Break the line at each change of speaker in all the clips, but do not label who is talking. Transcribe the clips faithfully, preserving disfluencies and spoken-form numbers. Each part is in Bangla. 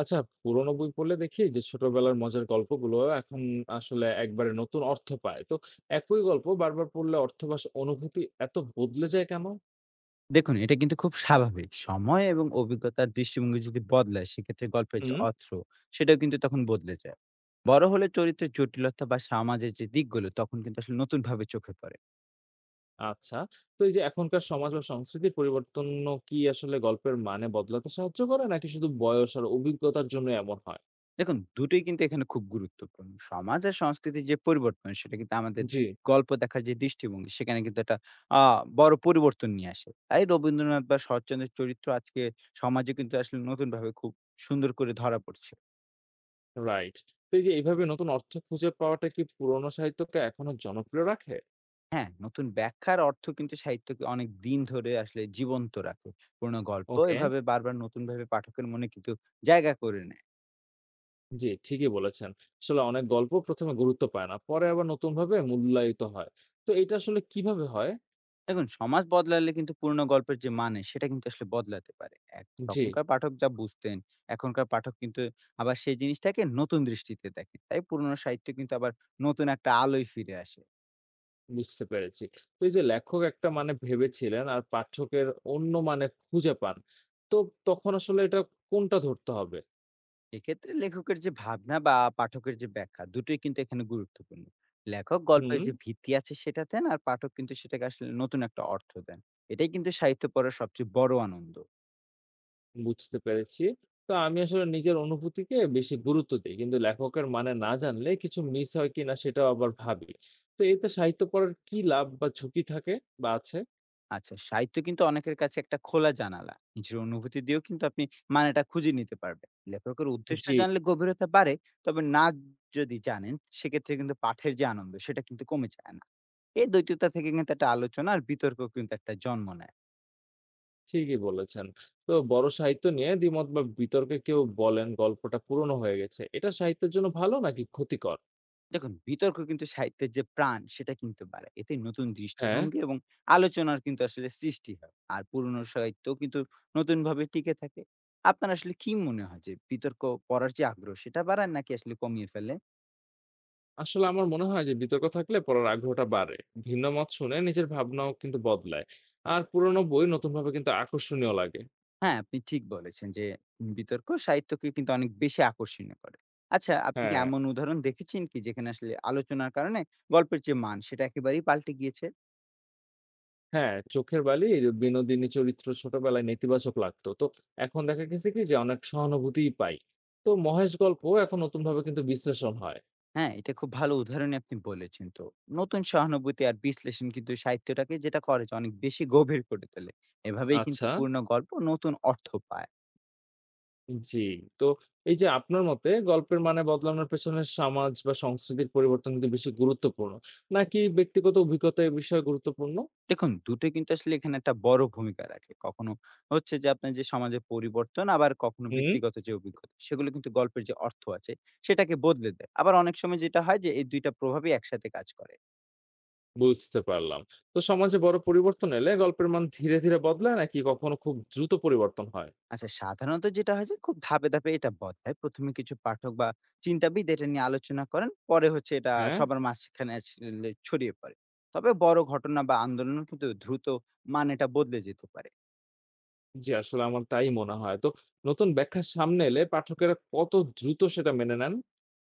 আচ্ছা, পুরোনো বই পড়লে দেখি যে ছোটবেলার মজার গল্পগুলো এখন আসলে একবারে নতুন অর্থ পায়। তো একই গল্প বারবার পড়লে অর্থ বা স অনুভূতি এত বদলে যায় কেন?
দেখুন এটা কিন্তু খুব স্বাভাবিক। সময় এবং অভিজ্ঞতার দৃষ্টিভঙ্গি যদি বদলায় সেক্ষেত্রে গল্পের যে
হুম।
অর্থ সেটাও কিন্তু তখন বদলে যায়। বড় হলে চরিত্রের জটিলতা বা সমাজের যে দিকগুলো তখন কিন্তু আসলে নতুনভাবে চোখে পড়ে।
আচ্ছা। তো এই যে এখনকার সমাজ বা সংস্কৃতির পরিবর্তনও কি আসলে গল্পের মানে বদলাতে সাহায্য করে? নাকি শুধু বয়স আর অভিজ্ঞতার জন্য এমন হয়?
দেখুন দুটোই কিন্তু এখানে খুব গুরুত্বপূর্ণ। সমাজ আর সংস্কৃতির যে পরিবর্তন সেটা কিন্তু আমাদের
জি।
গল্প দেখার যে দৃষ্টিভঙ্গি সেখানে কিন্তু একটা আ বড় পরিবর্তন নিয়ে আসে। তাই রবীন্দ্রনাথ বা শরৎচন্দ্রের চরিত্র আজকে সমাজে কিন্তু আসলে নতুনভাবে খুব সুন্দর করে ধরা পড়ছে।
রাইট। তো এই যে এইভাবে নতুন অর্থ খুঁজে পাওয়াটা কি পুরোনো সাহিত্যকে এখনো জনপ্রিয় রাখে?
হ্যাঁ, নতুন ব্যাখ্যার অর্থ কিন্তু সাহিত্যকে অনেক দিন ধরে আসলে জীবন্ত রাখে। পুরোনো গল্প
ওকে।
এভাবে বারবার নতুনভাবে পাঠকের মনে কিন্তু জায়গা করে নেয়।
জি, ঠিকই বলেছেন। আসলে অনেক গল্প প্রথম এ গুরুত্ব পায় না। পরে আবার নতুনভাবে মূল্যায়িত হয়। তো এটা আসলে কিভাবে হয়?
দেখুন সমাজ বদলালে কিন্তু পুরোনো গল্পের যে মানে সেটা কিন্তু আসলে বদলাতে পারে। এক
জি,
তখনকার পাঠক যা বুঝতেন, এখনকার পাঠক কিন্তু আবার সেই জিনিসটাকে নতুন দৃষ্টিতে দেখে। তাই পুরোনো সাহিত্য কিন্তু আবার নতুন একটা আলোয় ফিরে আসে।
বুঝতে পেরেছি। তো এই যে লেখক একটা মানে ভেবেছিলেন আর পাঠকের অন্য মানে খুঁজে পান। তো তখন আসলে এটা কোনটা ধরতে হবে?
এক্ষেত্রে লেখকের যে ভাবনা বা পাঠকের যে ব্যাখ্যা দুটোই কিন্তু এখানে গুরুত্বপূর্ণ। লেখক গল্পের
হুম,
যে ভিত্তি আছে সেটা দেন আর পাঠক কিন্তু সেটাকে আসলে নতুন একটা অর্থ দেন। এটাই কিন্তু সাহিত্য পড়ার সবচেয়ে বড় আনন্দ।
বুঝতে পেরেছি। তো আমি আসলে নিজের অনুভূতিকে বেশি গুরুত্ব দেই। কিন্তু লেখকের মানে না জানলে কিছু মিস হয় কিনা সেটাও আবার ভাবি। তো এতে সাহিত্য পড়ার কি লাভ বা ঝুঁকি থাকে বা আছে?
আচ্ছা সাহিত্য কিন্তু অনেকের কাছে একটা খোলা জানালা। নিজের অনুভূতি দিয়েও কিন্তু আপনি মানেটা খুঁজে নিতে পারবেন। লেখকের উদ্দেশ্য
জি।
জানলে গভীরতা বাড়ে। তবে না যদি জানেন সেক্ষেত্রে কিন্তু পাঠের যে আনন্দ সেটা কিন্তু কমে যায় না। এই দ্বৈততা থেকে কিন্তু একটা আলোচনা আর বিতর্ক কিন্তু একটা জন্ম নেয়।
ঠিকই বলেছেন। তো বড় সাহিত্য নিয়ে দ্বিমত বা বিতর্কে কেউ বলেন গল্পটা পুরনো হয়ে গেছে। এটা সাহিত্যের জন্য ভালো নাকি ক্ষতিকর?
দেখুন, বিতর্ক কিন্তু সাহিত্যের যে প্রাণ সেটা কিন্তু বাড়ায়। এতে নতুন
হ্যাঁ,
দৃষ্টিভঙ্গি এবং আলোচনার কিন্তু আসলে সৃষ্টি হয়। আর পুরনো সাহিত্য কিন্তু নতুনভাবে টিকে থাকে। আপনার আসলে কি মনে হয় যে বিতর্ক পড়ার যে আগ্রহ সেটা বাড়ায় নাকি আসলে কমিয়ে ফেলে?
আসলে আমার মনে হয় যে বিতর্ক থাকলে পড়ার আগ্রহটা বাড়ে। ভিন্ন মত শুনে নিজের ভাবনাও কিন্তু বদলায়। আর পুরনো বই নতুনভাবে কিন্তু আকর্ষণীয় লাগে।
হ্যাঁ, আপনি ঠিক বলেছেন যে উম, বিতর্ক সাহিত্যকে কিন্তু অনেক বেশি আকর্ষণীয় করে। আচ্ছা, আপনি কি
হ্যাঁ,
এমন উদাহরণ দেখেছেন কি যেখানে আসলে আলোচনার কারণে গল্পের যে মান সেটা একেবারেই পাল্টে গিয়েছে?
হ্যাঁ, চোখের বালি বিনোদিনী চরিত্র ছোটবেলায় নেতিবাচক লাগতো। তো এখন দেখা গেছে কি যে অনেক সহানুভূতিই পাই। তো মহেশ গল্প এখন নতুনভাবে কিন্তু বিশ্লেষণ হয়।
হ্যাঁ, এটা খুব ভালো উদাহরণই আপনি বলেছেন তো। নতুন সহানুভূতি আর বিশ্লেষণ কিন্তু সাহিত্যটাকে যেটা করে যে অনেক বেশি গভীর করে তোলে। এভাবেই কিন্তু
আচ্ছা।
পূর্ণ গল্প নতুন অর্থ পায়।
জি, তো এই যে আপনার মতে গল্পের মানে বদলানোর পেছনে সমাজ বা সংস্কৃতির পরিবর্তন কিন্তু বেশি গুরুত্বপূর্ণ নাকি ব্যক্তিগত অভিজ্ঞতা এই বিষয়ে গুরুত্বপূর্ণ?
দেখুন, দুটোই কিন্তু আসলে এখানে একটা বড় ভূমিকা রাখে। কখনো হচ্ছে যে আপনার যে সমাজের পরিবর্তন, আবার কখনো
হুম
ব্যক্তিগত যে অভিজ্ঞতা, সেগুলো কিন্তু গল্পের যে অর্থ আছে, সেটাকে বদলে দেয়। আবার অনেক সময় যেটা হয় যে এই দুই টা প্রভাবই একসাথে কাজ করে।
বুঝতে পারলাম। তো সমাজে বড় পরিবর্তন এলে গল্পের মান ধীরে, ধীরে বদলায় নাকি কখনো খুব দ্রুত পরিবর্তন হয়?
আচ্ছা সাধারণত যেটা হয় যে খুব ধাপে ধাপে এটা বদলায়। প্রথম এ কিছু পাঠক বা চিন্তাবিদ এটা নিয়ে আলোচনা করেন। পরে হচ্ছে এটা
হ্যাঁ?
সবার মাঝখানে আসলে ছড়িয়ে পড়ে। তবে বড় ঘটনা বা আন্দোলন কিন্তু দ্রুত মানেটা বদলে যেতে পারে।
জি, আসলে আমার তাই মনে হয়। তো নতুন ব্যাখ্যা সামনে এলে পাঠকেরা কত দ্রুত সেটা মেনে নেন?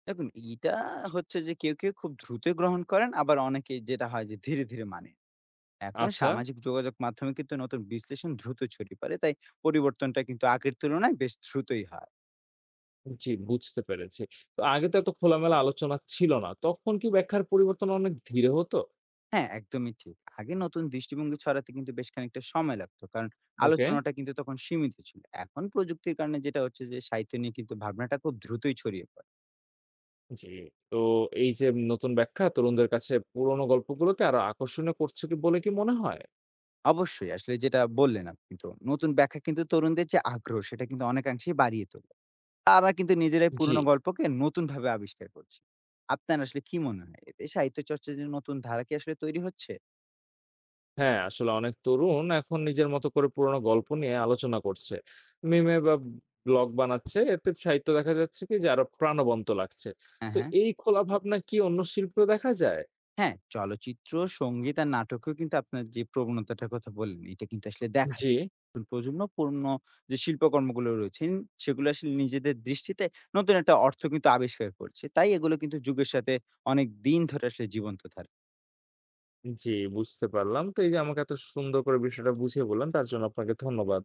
দেখুন এইটা হচ্ছে যে কেউ, কেউ খুব দ্রুতই গ্রহণ করেন আবার অনেকে যেটা হয় যে ধীরে, ধীরে মানে। এখন
আচ্ছা,
সামাজিক যোগাযোগ মাধ্যমে কিন্তু নতুন বিশ্লেষণ দ্রুত ছড়িয়ে পড়ে। তাই পরিবর্তনটা কিন্তু আগের তুলনায় বেশ দ্রুতই হয়।
জি বুঝতে পেরেছি। তো আগে তো এত খোলামেলা আলোচনা ছিল না। তখন কি ব্যাখ্যার পরিবর্তন অনেক ধীরে হতো?
হ্যাঁ, একদমই ঠিক। আগে নতুন দৃষ্টিভঙ্গি ছড়াতে কিন্তু বেশ খানিকটা সময় লাগতো। কারণ
ওকে।
আলোচনাটা কিন্তু তখন সীমিত ছিল। এখন প্রযুক্তির কারণে যেটা হচ্ছে যে সাহিত্য নিয়ে কিন্তু ভাবনাটা খুব দ্রুতই ছড়িয়ে পড়ে।
জি, তো এই যে নতুন ব্যাখ্যা তরুণদের কাছে পুরোনো গল্পগুলোকে আরো আকর্ষণীয় করছে কি বলে কি মনে হয়?
অবশ্যই আসলে যেটা বললেন আপনি তো, নতুন ব্যাখ্যা কিন্তু তরুণদের যে আগ্রহ সেটা কিন্তু অনেকাংশেই বাড়িয়ে তোলে। তারা কিন্তু নিজেরাই
জি
পুরনো গল্পকে নতুনভাবে আবিষ্কার করছে। আপনার আসলে কি মনে হয়? এতে সাহিত্য চর্চার যে নতুন ধারা কি আসলে তৈরি হচ্ছে?
হ্যাঁ, আসলে অনেক তরুণ এখন নিজের মতো করে পুরোনো গল্প নিয়ে আলোচনা করছে। মিমে বা ব্লগ বানাচ্ছে। এতে সাহিত্য দেখা যাচ্ছে কি যে আরো প্রাণবন্ত লাগছে।
হ্যাঁ,
তো
হ্যাঁ।
এই খোলা ভাবনা কি অন্য শিল্পেও দেখা যায়?
হ্যাঁ, চলচ্চিত্র, সংগীত আর নাটকেও কিন্তু আপনার যে প্রবণতাটার কথা বললেন, এটা কিন্তু আসলে দেখা
জি
যায়। নতুন প্রজন্ম পূর্ণ যে শিল্পকর্মগুলো রয়েছেন, সেগুলো আসলে নিজেদের দৃষ্টিতে নতুন একটা অর্থ কিন্তু আবিষ্কার করছে। তাই এগুলো কিন্তু যুগের সাথে অনেক দিন ধরে আসলে জীবন্ত থাকে।
জি, বুঝতে পারলাম। তো এই যে আমাকে এত সুন্দর করে বিষয়টা বুঝিয়ে বললেন তার জন্য আপনাকে ধন্যবাদ।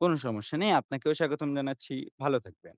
কোনো সমস্যা নেই। আপনাকেও স্বাগতম জানাচ্ছি। ভালো থাকবেন।